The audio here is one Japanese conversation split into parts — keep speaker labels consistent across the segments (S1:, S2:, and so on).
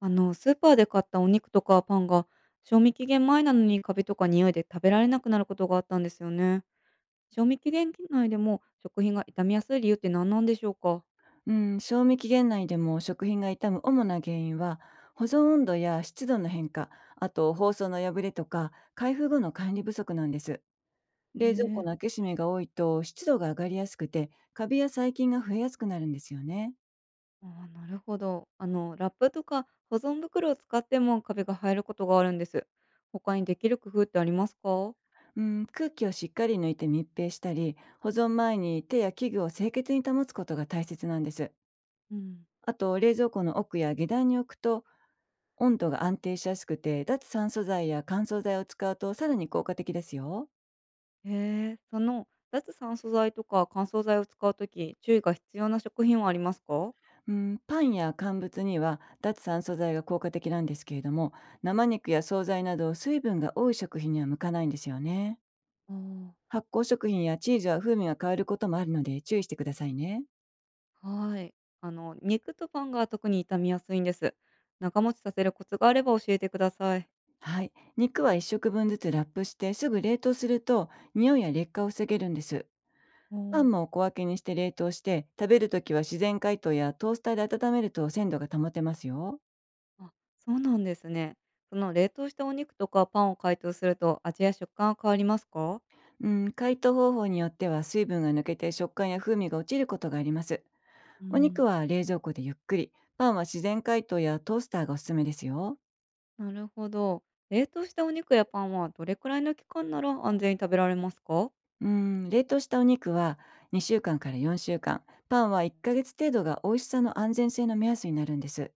S1: スーパーで買ったお肉とかパンが、賞味期限前なのにカビとか匂いで食べられなくなることがあったんですよね。賞味期限内でも食品が傷みやすい理由って何なんでしょうか？
S2: うん、賞味期限内でも食品が傷む主な原因は保存温度や湿度の変化、あと包装の破れとか開封後の管理不足なんです。
S1: へえ
S2: 冷蔵庫
S1: ー、
S2: の開け閉めが多いと湿度が上がりやすくて、カビや細菌が増えやすくなるんですよね。
S1: ああー、なるほど。ラップとか保存袋を使ってもカビが生えることがあるんです。他にできる工夫ってありますか？
S2: うん、空気をしっかり抜いて密閉したり、保存前に手や器具を清潔に保つことが大切なんです。
S1: うん、
S2: あと冷蔵庫の奥や下段に置くと温度が安定しやすくて、脱酸素剤や乾燥剤を使うとさらに効果的ですよ。
S1: へえ、脱酸素剤とか乾燥剤を使うとき、注意が必要な食品はありますか？
S2: うん、パンや乾物には脱酸素剤が効果的なんですけれども、生肉や惣菜など水分が多い食品には向かないんですよね。
S1: ああー、
S2: 発酵食品やチーズは風味が変わることもあるので注意してくださいね。
S1: はい。肉とパンが特に傷みやすいんです。長持ちさせるコツがあれば教えてください。
S2: はい、肉は1食分ずつラップしてすぐ冷凍すると、匂いや劣化を防げるんです。
S1: お
S2: パ
S1: お
S2: ンも
S1: ー、
S2: 小分けにして冷凍して、食べるときは自然解凍やトースターで温めると鮮度が保てますよ。
S1: あ、そうなんですね。その冷凍したお肉とかパンを解凍すると味や食感は変わりますか？
S2: うん、解凍方法によっては水分が抜けて食感や風味が落ちることがあります。
S1: う
S2: お
S1: ん、
S2: 肉は冷蔵庫でゆっくり、パンは自然解凍やトースターがおすすめですよ。
S1: なるほど。冷凍したお肉やパンはどれくらいの期間なら安全に食べられますか？
S2: うーん、冷凍したお肉は2週間から4週間、パンは1ヶ月程度が美味しさの安全性の目安になるんです。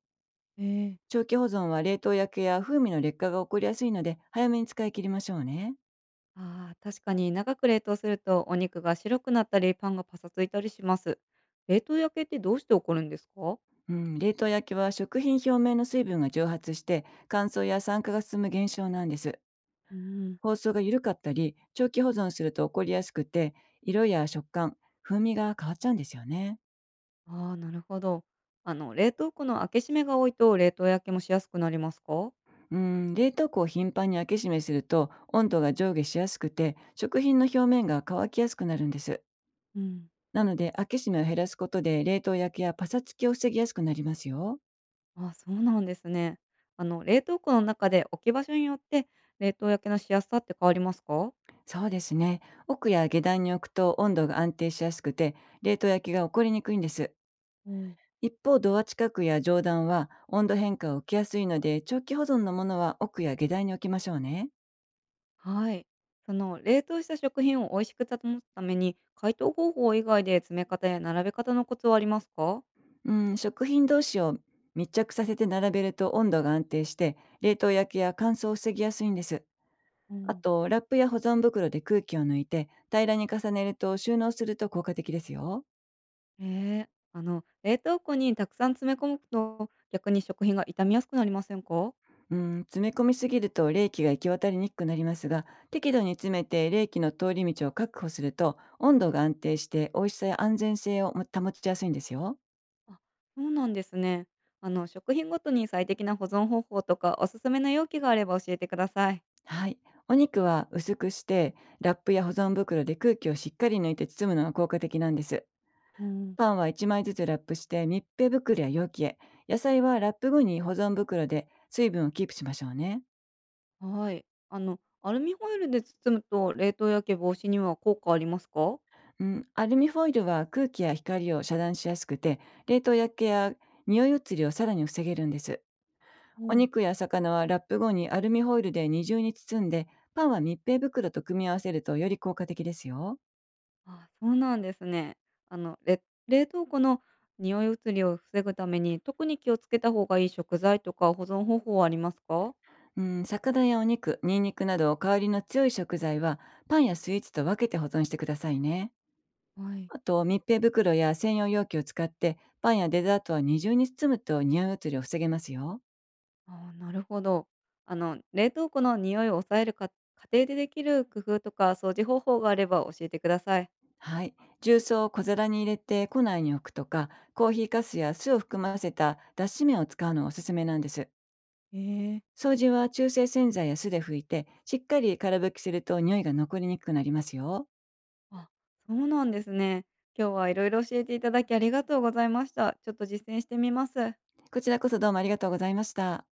S1: えー、
S2: 長期保存は冷凍焼けや風味の劣化が起こりやすいので、早めに使い切りましょうね。
S1: ああ、確かに長く冷凍するとお肉が白くなったりパンがパサついたりします。冷凍焼けってどうして起こるんですか？
S2: うん、冷凍焼きは食品表面の水分が蒸発して乾燥や酸化が進む現象なんです。
S1: うん、
S2: 包装が緩かったり長期保存すると起こりやすくて、色や食感、風味が変わっちゃうんですよね。
S1: ああ、なるほど。冷凍庫の開け閉めが多いと、冷凍焼けもしやすくなりますか？
S2: うん、冷凍庫を頻繁に開け閉めすると温度が上下しやすくて、食品の表面が乾きやすくなるんです。
S1: うん。
S2: なので開け閉めを減らすことで、冷凍焼けやパサつきを防ぎやすくなりますよ。
S1: ああ、そうなんですね。冷凍庫の中で置き場所によって、冷凍焼けのしやすさって変わりますか？
S2: そうですね。奥や下段に置くと温度が安定しやすくて、冷凍焼けが起こりにくいんです。
S1: うん。
S2: 一方、ドア近くや上段は温度変化を受けやすいので、長期保存のものは奥や下段に置きましょうね。
S1: はい。冷凍した食品を美味しく保つために、解凍方法以外で詰め方や並べ方のコツはありますか？
S2: うん、食品同士を密着させて並べると温度が安定して、冷凍焼けや乾燥を防ぎやすいんです。
S1: う
S2: あ
S1: ん。
S2: とラップや保存袋で空気を抜いて、平らに重ねると収納すると効果的ですよ。
S1: ええ、冷凍庫にたくさん詰め込むと、逆に食品が傷みやすくなりませんか？
S2: うん、詰め込みすぎると冷気が行き渡りにくくなりますが、適度に詰めて冷気の通り道を確保すると、温度が安定して美味しさや安全性を保ちやすいんですよ。
S1: あ、そうなんですね。食品ごとに最適な保存方法とか、おすすめの容器があれば教えてください。
S2: はい、お肉は薄くしてラップや保存袋で空気をしっかり抜いて包むのが効果的なんです。
S1: うん、
S2: パンは1枚ずつラップして密閉袋や容器へ。野菜はラップ後に保存袋で水分をキープしましょうね。
S1: はい。アルミホイルで包むと冷凍焼け防止には効果ありますか？
S2: うん、アルミホイルは空気や光を遮断しやすくて、冷凍焼けや匂い移りをさらに防げるんです。
S1: う
S2: お
S1: ん、
S2: 肉や魚はラップ後にアルミホイルで二重に包んで、パンは密閉袋と組み合わせるとより効果的ですよ。
S1: あ、そうなんですね。あの、れ冷凍庫の匂い移りを防ぐために特に気をつけた方がいい食材とか保存方法はありますか？
S2: うん、魚やお肉、ニンニクなど香りの強い食材はパンやスイーツと分けて保存してくださいね。
S1: はい、
S2: あと密閉袋や専用容器を使って、パンやデザートは二重に包むと匂い移りを防げますよ。
S1: ああ、なるほど。冷凍庫の匂いを抑えるか家庭でできる工夫とか掃除方法があれば教えてください。
S2: はい。重曹を小皿に入れて庫内に置くとか、コーヒーかすや酢を含ませた脱脂麺を使うのがおすすめなんです。
S1: ええ、
S2: 掃除は中性洗剤や酢で拭いて、しっかり空拭きすると匂いが残りにくくなりますよ。
S1: あ、そうなんですね。今日はいろいろ教えていただきありがとうございました。ちょっと実践してみます。
S2: こちらこそどうもありがとうございました。